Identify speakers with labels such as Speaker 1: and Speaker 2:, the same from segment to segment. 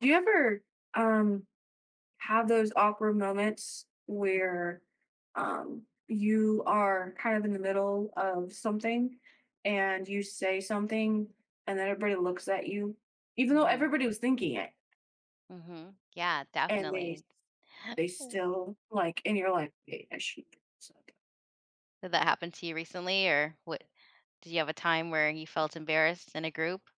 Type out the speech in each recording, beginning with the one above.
Speaker 1: Do you ever um have those awkward moments
Speaker 2: Mhm,
Speaker 1: where um you are kind of in the middle of something and you say something and then everybody looks at you even though
Speaker 2: mhm,
Speaker 1: everybody was thinking it
Speaker 2: mhm. Yeah,
Speaker 1: and they
Speaker 2: definitely.
Speaker 1: they
Speaker 2: Mm.
Speaker 1: still like and you're like, "Wait, I should say that."
Speaker 2: Did that happen to you recently, or what? Did you have a time where you felt embarrassed in a group?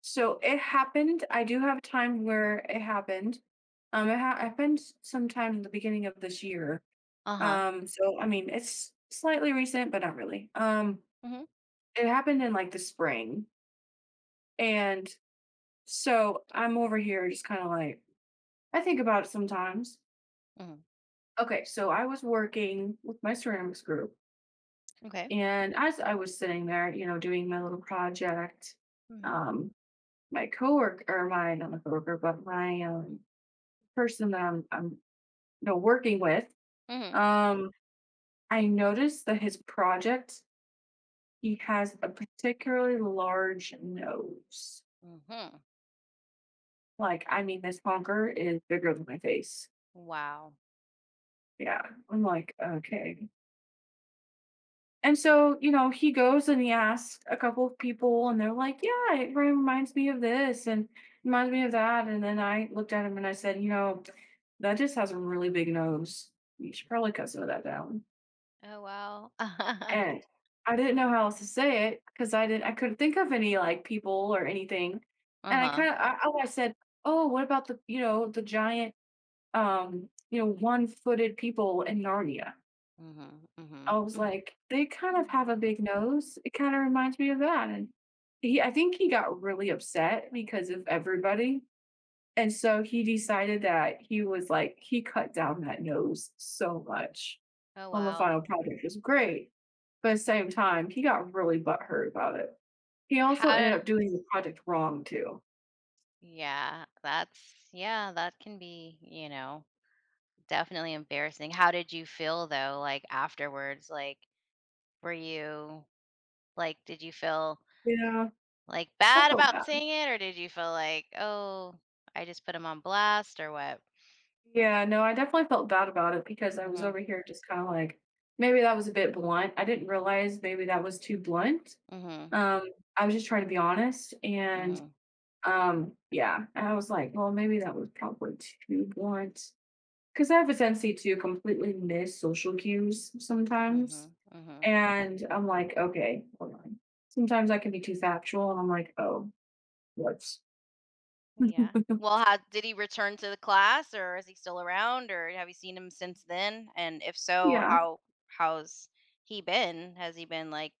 Speaker 1: So it happened. I do have a time where it happened. Happened sometime in the beginning of this year.
Speaker 2: Uh huh.
Speaker 1: So I mean, it's slightly recent but not really.
Speaker 2: Mhm.
Speaker 1: It happened in like the spring. And so I'm over here just kind of like, I think about it sometimes.
Speaker 2: Mhm.
Speaker 1: Okay, so I was working with my ceramics group,
Speaker 2: Okay.
Speaker 1: and as I was sitting there, you know, doing my little project,
Speaker 2: Mhm.
Speaker 1: um, my coworker, or my not my coworker, but my person that I'm you know working with,
Speaker 2: Mhm.
Speaker 1: um, I noticed that his project, he has a particularly large nose.
Speaker 2: Mhm.
Speaker 1: Like, I mean, this honker is bigger than my face.
Speaker 2: Wow.
Speaker 1: Yeah, I'm like, okay. And so, you know, he goes and he asks a couple of people, and they're like, yeah, it reminds me of this and reminds me of that. And then I looked at him and I said, you know, that just has a really big nose. You should probably cut some of that down.
Speaker 2: Oh wow. Uh
Speaker 1: And I didn't know how else to say it because I couldn't think of any like people or anything. And I
Speaker 2: huh.
Speaker 1: kind of, I said, oh, what about the, you know, the giant, you know, one footed people in Narnia?
Speaker 2: Mhm. Mhm.
Speaker 1: I was
Speaker 2: Mm.
Speaker 1: like, "They kind of
Speaker 2: Mhm.
Speaker 1: have a big nose. It kinda reminds me of that," and he I think he got really upset because of everybody, and so he decided that he was like he cut down that nose so much
Speaker 2: Oh
Speaker 1: on the
Speaker 2: wow.
Speaker 1: final project. It was great, but at the same time, he got really butthurt about it. He also ended
Speaker 2: How?
Speaker 1: up doing the project wrong too.
Speaker 2: Yeah. That's Yeah. That can be. You know, definitely embarrassing. How did you feel though? Like afterwards? Were you Like, did you feel,
Speaker 1: Yeah,
Speaker 2: like,
Speaker 1: I
Speaker 2: bad
Speaker 1: felt
Speaker 2: about
Speaker 1: bad.
Speaker 2: saying it, or did you feel like, "Oh, I just put him on blast," or what?
Speaker 1: Yeah, no, I definitely felt bad about it because I was
Speaker 2: Mhm.
Speaker 1: over here just kinda like, maybe that was a bit blunt. I didn't realize maybe that was too blunt.
Speaker 2: Mhm.
Speaker 1: Um, I was just trying to be honest, and
Speaker 2: Mhm.
Speaker 1: yeah, I was like, well, maybe that was probably too blunt because I have a tendency to completely miss social cues sometimes.
Speaker 2: Mhm. Mhm.
Speaker 1: And
Speaker 2: Mhm.
Speaker 1: I'm like, okay, hold on. Sometimes I can be too factual and I'm like, oh, whoops.
Speaker 2: Yeah. Well, how did he return to the class, or is he still around, or have you seen him since then? And if so,
Speaker 1: Yeah,
Speaker 2: how's he been? Has he been, like,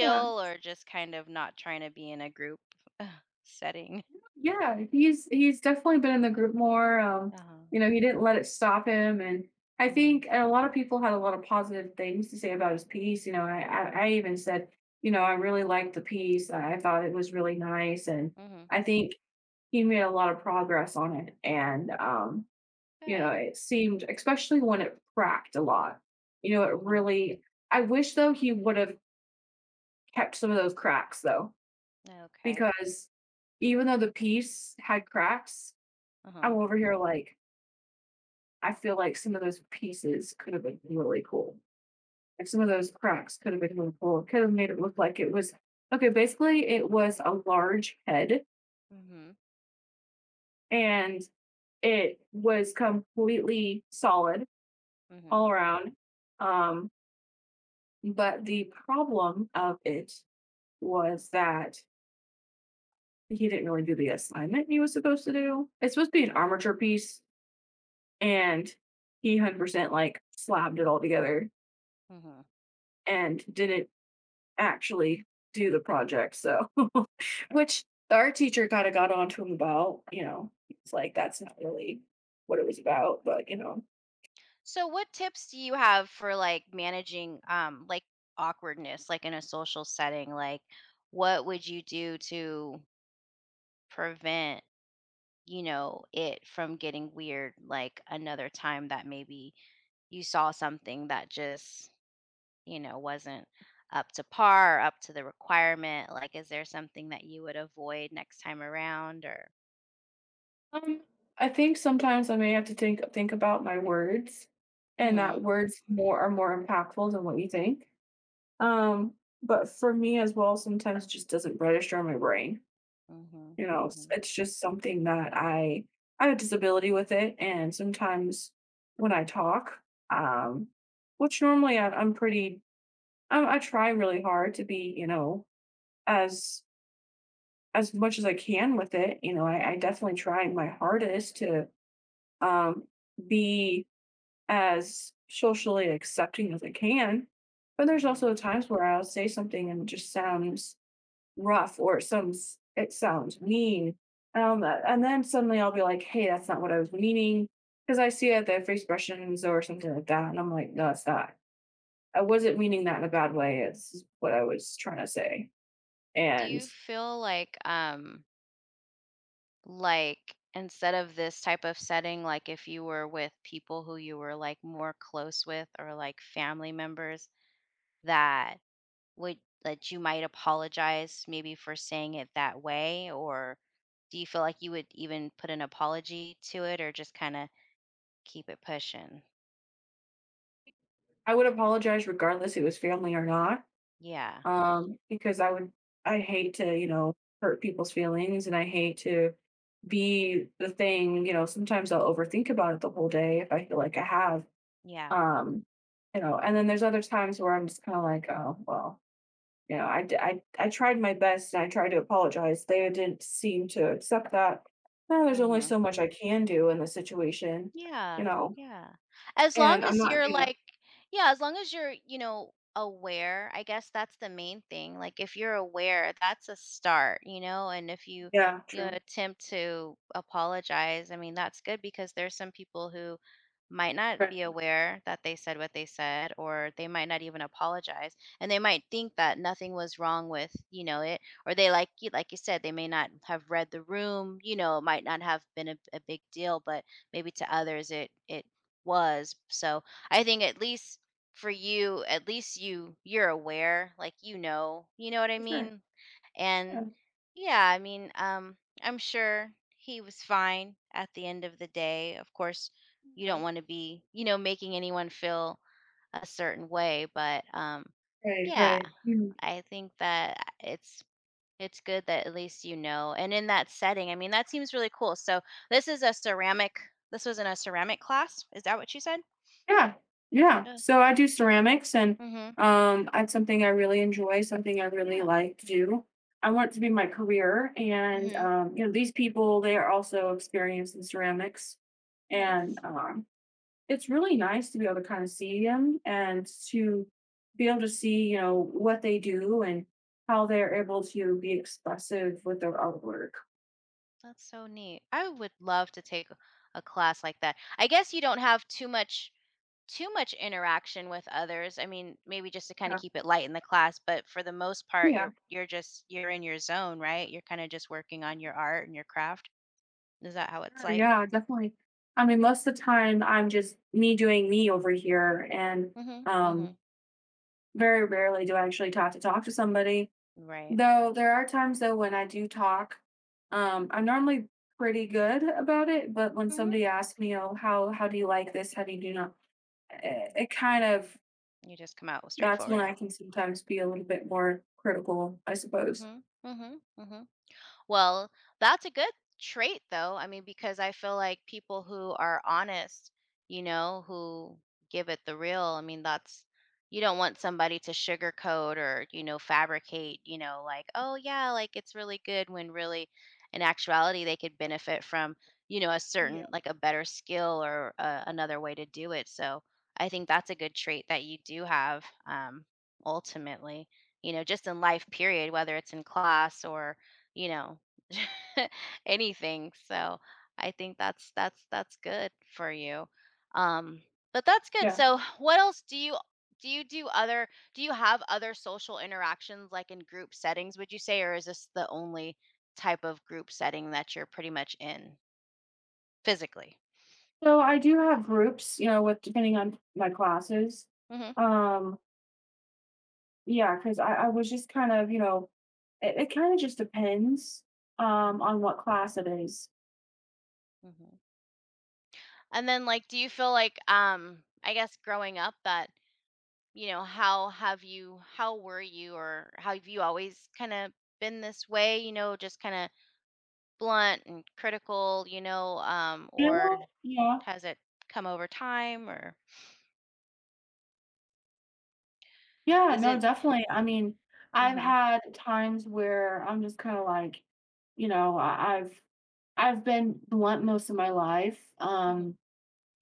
Speaker 1: yeah.
Speaker 2: or just kind of not trying to be in a group setting?
Speaker 1: Yeah, he's definitely been in the group more.
Speaker 2: Uh-huh.
Speaker 1: You know, he didn't let it stop him, and I
Speaker 2: Mhm.
Speaker 1: think a lot of people had a lot of positive things to say about his piece. You know, I even said, you know, I really liked the piece. I thought it was really nice, and
Speaker 2: Mhm.
Speaker 1: I think he made a lot of progress on it. And you know,
Speaker 2: Good.
Speaker 1: it seemed, especially when it cracked a lot. You know, it
Speaker 2: Mhm.
Speaker 1: really. I wish though he would have kept some of those cracks though,
Speaker 2: Okay.
Speaker 1: because even though the piece had cracks, I'm
Speaker 2: Uh-huh.
Speaker 1: over here like, I feel like some of those pieces could have been really cool. Like some of those cracks could have been really cool. Could have made it look like it was okay. Basically, it was a large head
Speaker 2: Mhm.
Speaker 1: and it was completely solid
Speaker 2: Mhm,
Speaker 1: all around. Um, but the problem of it was that he didn't really do the assignment he was supposed to do. It's supposed to be an armature piece, and he 100% like slabbed it all together
Speaker 2: mhm.
Speaker 1: and didn't actually do the project. So, which our teacher kind of got on to him about, you know, it's like that's not really what it was about, but you know,
Speaker 2: So what tips do you have for, like, managing, like, awkwardness, like, in a social setting? Like, what would you do to prevent it from getting weird, like, another time that maybe you saw something that just wasn't up to par, up to the requirement? Like, is there something that you would avoid next time around, or
Speaker 1: um, I think sometimes I may have to think about my words, and that
Speaker 2: Mhm,
Speaker 1: words more are more impactful than what you think. Um, but for me as well, sometimes it just doesn't register in my brain.
Speaker 2: mhm,
Speaker 1: You know,
Speaker 2: mhm,
Speaker 1: it's just something that I have a disability with it, and sometimes when I talk, um, which normally I'm pretty, I try really hard to be, you know, as as much as I can with it. You know, I definitely try my hardest to um, be as socially accepting as I can. But there's also
Speaker 2: mhm.
Speaker 1: times where I'll say something and it just sounds rough or it sounds mean. And then suddenly I'll be like, hey, that's not what I was meaning. Because I see it, they have expressions or something like that. And I'm like, no, it's not. I wasn't meaning that in a bad way. It's what I was trying to say.
Speaker 2: Do
Speaker 1: And
Speaker 2: you feel like instead of this type of setting, like if you were with people who you were, like, more close with, or like family members that would that you might apologize maybe for saying it that way, or do you feel like you would even put an apology to it, or just kind of keep it pushing.
Speaker 1: I would apologize regardless it was family or not.
Speaker 2: Yeah,
Speaker 1: Because I would, I hate to, you know, hurt people's feelings and I hate to be the thing, you know, sometimes I'll overthink about it the whole day if I feel like I have.
Speaker 2: yeah.
Speaker 1: Um, you know, and then there's other times where I'm just kind of like, oh, well, you know, I tried my best and I tried to apologize. They didn't seem to accept that. Now there's only
Speaker 2: Mhm.
Speaker 1: so much I can do in the situation, you
Speaker 2: Yeah,
Speaker 1: know,
Speaker 2: yeah. As long
Speaker 1: and I'm
Speaker 2: as
Speaker 1: not,
Speaker 2: you're
Speaker 1: you know,
Speaker 2: like, Yeah, as long as you're aware, I guess that's the main thing. Like, if you're aware, that's a start and if you
Speaker 1: yeah, true.
Speaker 2: attempt to apologize, I mean, that's good because there's some people who might not
Speaker 1: Right.
Speaker 2: be aware that they said what they said, or they might not even apologize, and they might think that nothing was wrong with it, or they like you said, they may not have read the room it might not have been a big deal, but maybe to others it was. So I think at least for you, at least you're aware, you know what I
Speaker 1: For sure.
Speaker 2: mean? And
Speaker 1: Yeah.
Speaker 2: yeah, I mean, I'm sure he was fine at the end of the day. Of course, you
Speaker 1: Yeah.
Speaker 2: don't want to be making anyone feel a certain way, but
Speaker 1: Right,
Speaker 2: yeah,
Speaker 1: right. Mhm.
Speaker 2: I think that it's it's good that at least you know, and in that setting, I mean, that seems really cool. So this is a ceramic this was in a ceramic class? Is that what you said?
Speaker 1: Yeah, yeah.
Speaker 2: Yeah.
Speaker 1: So I do ceramics, and
Speaker 2: Mhm.
Speaker 1: it's something I really enjoy, something I really
Speaker 2: Yeah.
Speaker 1: like to do. I want it to be my career, and
Speaker 2: Mhm.
Speaker 1: you know, these people they are also experienced in ceramics, and
Speaker 2: Nice.
Speaker 1: it's really nice to be able to kind of see them and to be able to see you know what they do and how they're able to be expressive with their artwork.
Speaker 2: That's so neat. I would love to take a class like that. I guess you don't have too much interaction with others. I mean, maybe just to kind of
Speaker 1: Yeah,
Speaker 2: keep it light in the class, but for the most part,
Speaker 1: yeah.
Speaker 2: you're just you're in your zone, right? You're kind of just working on your art and your craft. Is that how it's
Speaker 1: Sure,
Speaker 2: like?
Speaker 1: yeah, definitely. I mean, most of the time I'm just me doing me over here, and
Speaker 2: Mhm.
Speaker 1: um,
Speaker 2: Mhm.
Speaker 1: very rarely do I actually talk to somebody.
Speaker 2: Right.
Speaker 1: Though there are times though when I do talk, I'm normally pretty good about it. But when
Speaker 2: Mhm.
Speaker 1: somebody asks me, "Oh, how do you like this? How do you do not?" It kind of,
Speaker 2: You just come out
Speaker 1: that's when
Speaker 2: straightforward.
Speaker 1: I can sometimes be a little bit more critical, I suppose.
Speaker 2: Mhm. Mhm. Mhm. Well, that's a good trait though. I mean, because I feel like people who are honest who give it the real, I mean, that's you don't want somebody to sugarcoat or fabricate, you know, like, oh yeah, like it's really good when really in actuality they could benefit from a
Speaker 1: Yeah,
Speaker 2: certain like a better skill or another way to do it. So, I think that's a good trait that you do have ultimately, you know, just in life period, whether it's in class or you know, anything. So I think that's good for you. Um, but that's good.
Speaker 1: yeah.
Speaker 2: So what else do you do other do you have other social interactions like in group settings, would you say, or is this the only type of group setting that you're pretty much in physically?
Speaker 1: So I do have groups, you know, with depending on my classes.
Speaker 2: Hmm.
Speaker 1: Um, Yeah, because I was just kind of, you know, it kind of just depends on
Speaker 2: Hmm.
Speaker 1: what class it is.
Speaker 2: Hmm. And then, like, do you feel like I guess growing up that how have you, how were you, or how have you always kind of been this way, you know, just kind of blunt and critical
Speaker 1: Yeah,
Speaker 2: or
Speaker 1: yeah.
Speaker 2: has it come over time, or
Speaker 1: Yeah,
Speaker 2: does
Speaker 1: no,
Speaker 2: it?
Speaker 1: definitely. I mean, I've
Speaker 2: Mm-hmm,
Speaker 1: had times where I'm just kind of like, you know, I've been blunt most of my life.
Speaker 2: mm-hmm,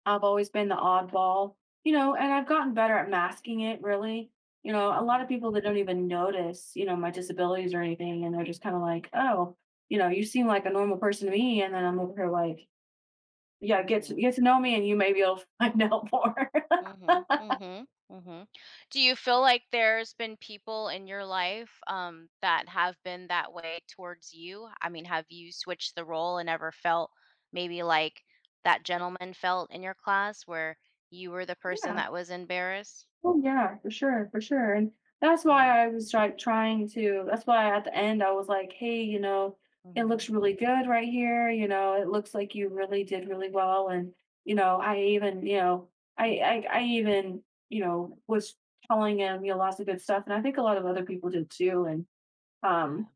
Speaker 1: I've always been the oddball, you know, and I've gotten better at masking it really. You know, a lot
Speaker 2: mm-hmm,
Speaker 1: of people that don't even notice, you know, my disabilities or anything, and they're just kind of like, oh, you know, you seem like a normal person to me. And then I'm over here like, yeah,
Speaker 2: mm-hmm.
Speaker 1: get to know me and you maybe you'll find out more.
Speaker 2: Mhm, mhm, mhm. Do you feel like there's been people in your life, that have been that way towards you? I mean, have you switched the role and ever felt maybe like that gentleman felt in your class where you were the person
Speaker 1: Yeah.
Speaker 2: that was embarrassed?
Speaker 1: Oh yeah, for sure, for sure. And that's
Speaker 2: Mhm,
Speaker 1: why I was like that's why at the end I was like, hey, you know, it
Speaker 2: mhm,
Speaker 1: looks really good right here. You know, it looks like you really did really well. And, you know, I even, you know, I
Speaker 2: mhm.
Speaker 1: I even, you know, was telling him, you know, lots of good stuff. And I think a lot of other people did too. And um,
Speaker 2: Yeah.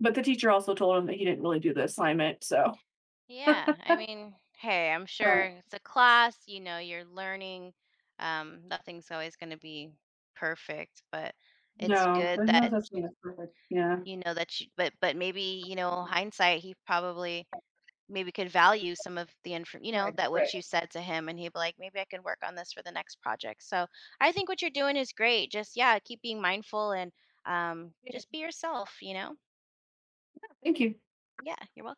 Speaker 1: but the teacher also told him that he didn't really do the assignment. So
Speaker 2: Yeah, I mean, hey, I'm sure
Speaker 1: uh,
Speaker 2: it's a class you're learning. Nothing's always going to be perfect, but it's
Speaker 1: no,
Speaker 2: good
Speaker 1: there's no
Speaker 2: that
Speaker 1: such thing as perfect. Yeah.
Speaker 2: You know, that you but maybe, you know, hindsight, he probably maybe could value some of the info,
Speaker 1: Right,
Speaker 2: that what
Speaker 1: right.
Speaker 2: you said to him, and he'd be like, "Maybe I can work on this for the next project." So, I think what you're doing is great. Just, yeah, keep being mindful and,
Speaker 1: Yeah.
Speaker 2: just be yourself, you know?
Speaker 1: Thank you.
Speaker 2: Yeah, you're welcome.